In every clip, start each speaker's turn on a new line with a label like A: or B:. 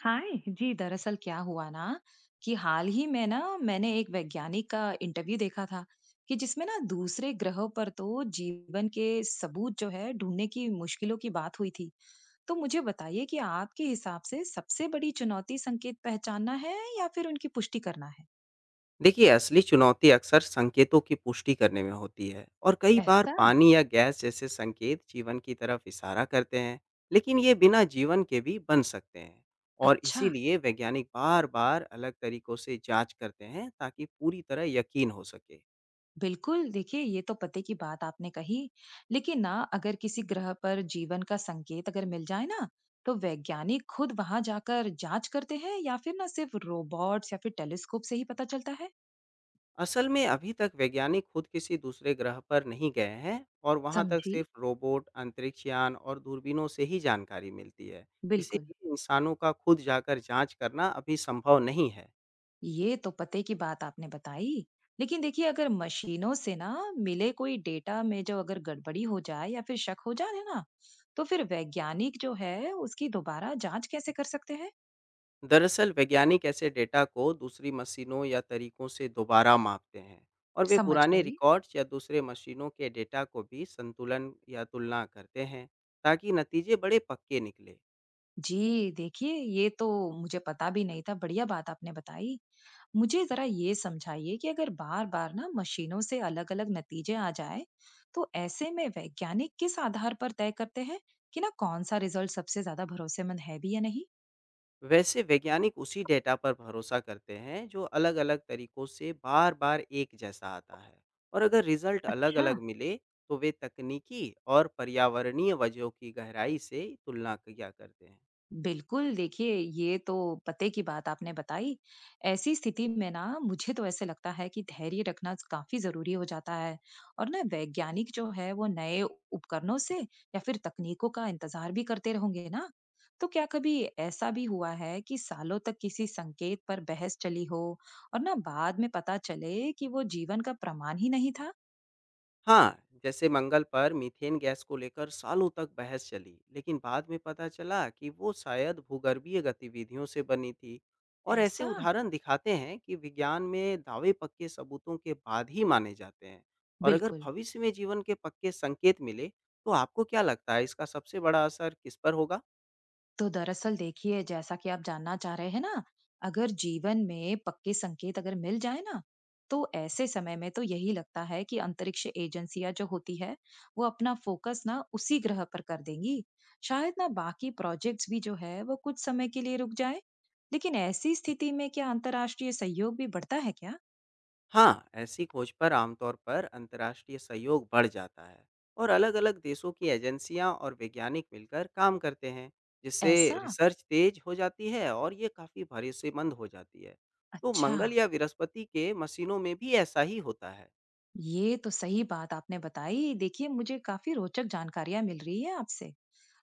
A: हाय जी। दरअसल क्या हुआ ना कि हाल ही में ना मैंने एक वैज्ञानिक का इंटरव्यू देखा था कि जिसमें ना दूसरे ग्रहों पर तो जीवन के सबूत जो है ढूंढने की मुश्किलों की बात हुई थी। तो मुझे बताइए कि आपके हिसाब से सबसे बड़ी चुनौती संकेत पहचानना है या फिर उनकी पुष्टि करना है।
B: देखिए, असली चुनौती अक्सर संकेतों की पुष्टि करने में होती है। और कई बार
A: ऐसा।
B: पानी या गैस जैसे संकेत जीवन की तरफ इशारा करते हैं, लेकिन ये बिना जीवन के भी बन सकते हैं। और
A: अच्छा।
B: इसीलिए वैज्ञानिक बार बार अलग तरीकों से जांच करते हैं, ताकि पूरी तरह यकीन हो सके।
A: बिल्कुल, देखिए ये तो पते की बात आपने कही। लेकिन ना अगर किसी ग्रह पर जीवन का संकेत अगर मिल जाए ना तो वैज्ञानिक खुद वहां जाकर जांच करते हैं या फिर ना सिर्फ रोबोट्स या फिर टेलीस्कोप से ही पता चलता है।
B: असल में अभी तक वैज्ञानिक खुद किसी दूसरे ग्रह पर नहीं गए हैं, और वहां तक
A: समझी।
B: सिर्फ रोबोट, अंतरिक्ष यान और दूरबीनों से ही जानकारी मिलती है।
A: बिल्कुल।
B: इसीलिए इंसानों का खुद जाकर जांच करना अभी संभव नहीं है।
A: ये तो पते की बात आपने बताई। लेकिन देखिए अगर मशीनों से ना मिले कोई डेटा में जो अगर गड़बड़ी हो जाए या फिर शक हो जाए ना, तो फिर वैज्ञानिक जो है उसकी दोबारा जांच कैसे कर सकते हैं।
B: दरअसल वैज्ञानिक ऐसे डेटा को दूसरी मशीनों या तरीकों से दोबारा मापते हैं, और वे
A: समझ
B: पुराने
A: गई।
B: रिकॉर्ड्स या दूसरे मशीनों के डेटा को भी संतुलन या तुलना करते हैं, ताकि नतीजे बड़े पक्के निकले।
A: जी, देखिए ये तो मुझे पता भी नहीं था, बढ़िया बात आपने बताई। मुझे ज़रा ये समझाइए कि अगर बार-बार ना मशीनों से अलग-अलग नतीजे आ जाए, तो ऐसे में वैज्ञानिक किस आधार पर तय करते हैं कि ना कौन-सा रिज़ल्ट सबसे ज़्यादा भरोसेमंद है भी या नहीं?
B: वैसे वैज्ञानिक उसी डेटा पर भरोसा करते हैं जो अलग अलग तरीकों से बार बार एक जैसा आता है। और अगर रिजल्ट अलग
A: अच्छा।
B: अलग मिले, तो वे तकनीकी और पर्यावरणीय वजहों की गहराई से तुलना किया करते हैं।
A: बिल्कुल, देखिए ये तो पते की बात आपने बताई। ऐसी स्थिति में ना मुझे तो ऐसे लगता है कि धैर्य रखना काफ़ी ज़रूरी हो जाता है और ना वैज्ञानिक जो है वो नए उपकरणों से या फिर तकनीकों का इंतज़ार भी करते होंगे ना। तो क्या कभी ऐसा भी हुआ है कि सालों तक किसी संकेत पर बहस चली हो और ना बाद में पता चले कि वो जीवन का प्रमाण ही नहीं था?
B: हाँ, जैसे मंगल पर मीथेन गैस को लेकर सालों तक बहस चली, लेकिन बाद में पता चला कि वो शायद भूगर्भीय गतिविधियों से बनी थी। और ऐसे
A: ऐसा?
B: उदाहरण दिखाते हैं कि विज्ञान में दावे पक्के सबूतों के बाद ही माने जाते हैं। और अगर
A: बिल्कुल।
B: भविष्य में जीवन के पक्के संकेत मिले, तो आपको क्या लगता है इसका सबसे बड़ा असर किस पर होगा?
A: तो दरअसल देखिए जैसा कि आप जानना चाह रहे हैं ना, अगर जीवन में पक्के संकेत अगर मिल जाए ना तो ऐसे समय में तो यही लगता है कि अंतरिक्ष एजेंसियां जो होती है वो अपना फोकस ना उसी ग्रह पर कर देंगी। शायद ना बाकी प्रोजेक्ट्स भी जो है वो कुछ समय के लिए रुक जाए। लेकिन ऐसी स्थिति में क्या अंतर्राष्ट्रीय सहयोग भी बढ़ता है क्या?
B: हाँ, ऐसी खोज पर आमतौर पर अंतर्राष्ट्रीय सहयोग बढ़ जाता है। और अलग-अलग देशों की एजेंसियां और वैज्ञानिक मिलकर काम करते हैं, जिससे
A: ऐसा।
B: रिसर्च तेज हो जाती है और ये काफ़ी भरोसेमंद हो जाती है। तो
A: अच्छा।
B: मंगल या बृहस्पति के मशीनों में भी ऐसा ही होता है।
A: ये तो सही बात आपने बताई, देखिए मुझे काफी रोचक जानकारियां मिल रही है आपसे।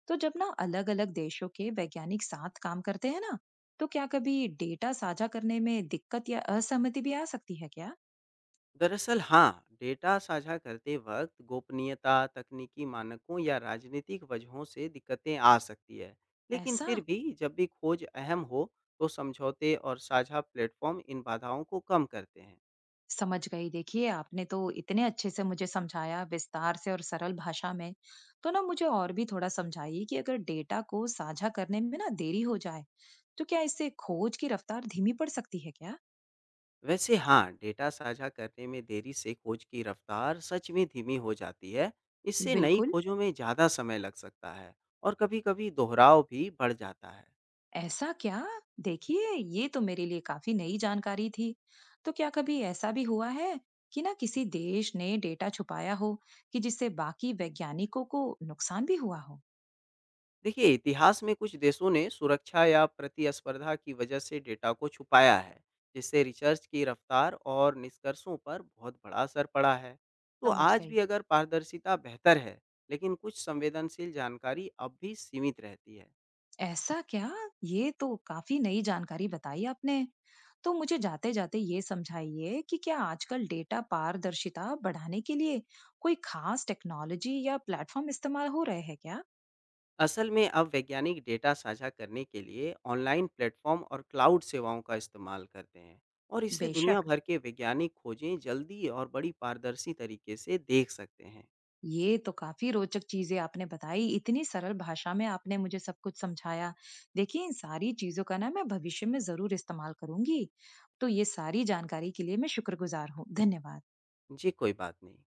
A: तो जब ना अलग अलग देशों के वैज्ञानिक साथ काम करते हैं ना, तो क्या कभी डेटा साझा करने में दिक्कत या असहमति भी आ सकती है क्या?
B: दरअसल हाँ, डेटा साझा करते वक्त गोपनीयता, तकनीकी मानकों या राजनीतिक वजहों से दिक्कतें आ सकती है। लेकिन
A: ऐसा।
B: फिर भी जब भी खोज अहम हो, तो समझौते और साझा प्लेटफॉर्म इन बाधाओं को कम करते हैं।
A: समझ गई। देखिए आपने तो इतने अच्छे से मुझे समझाया विस्तार से और सरल भाषा में। तो ना मुझे और भी थोड़ा समझाइए कि अगर डेटा को साझा करने में ना देरी हो जाए, तो क्या इससे खोज की रफ्तार धीमी पड़ सकती है क्या?
B: वैसे हाँ, डेटा साझा करने में देरी से खोज की रफ्तार सच में धीमी हो जाती है। इससे नई
A: बिल्कुल।
B: खोजों में ज़्यादा समय लग सकता है, और कभी-कभी दोहराव भी बढ़ जाता है।
A: ऐसा क्या? देखिए, ये तो मेरे लिए काफी नई जानकारी थी। तो क्या कभी ऐसा भी हुआ है कि ना किसी देश ने डेटा छुपाया हो कि जिससे बाकी वैज्ञानिकों को नुकसान भी हुआ हो?
B: देखिए, इतिहास में कुछ देशों ने सुरक्षा या प्रतिस्पर्धा की वजह से डेटा को छुपाया है, जिससे रिसर्च की रफ्तार और निष्कर्षों पर बहुत बड़ा असर पड़ा है। तो
A: समझ
B: आज
A: गई।
B: भी अगर पारदर्शिता बेहतर है, लेकिन कुछ संवेदनशील जानकारी अब भी सीमित रहती है।
A: ऐसा क्या? ये तो काफी नई जानकारी बताई आपने। तो मुझे जाते जाते ये समझाइए कि क्या आजकल डेटा पारदर्शिता बढ़ाने के लिए कोई खास टेक्नोलॉजी या प्लेटफॉर्म इस्तेमाल हो रहे हैं क्या?
B: असल में अब वैज्ञानिक डेटा साझा करने के लिए ऑनलाइन प्लेटफॉर्म और क्लाउड सेवाओं का इस्तेमाल करते हैं, और इससे दुनिया
A: बेशक।
B: भर के वैज्ञानिक खोजें जल्दी और बड़ी पारदर्शी तरीके से देख सकते हैं।
A: ये तो काफी रोचक चीजें आपने बताई। इतनी सरल भाषा में आपने मुझे सब कुछ समझाया। देखिए, इन सारी चीजों का ना मैं भविष्य में ज़रूर इस्तेमाल करूँगी। तो ये सारी जानकारी के लिए मैं शुक्रगुज़ार हूँ। धन्यवाद।
B: जी, कोई बात नहीं।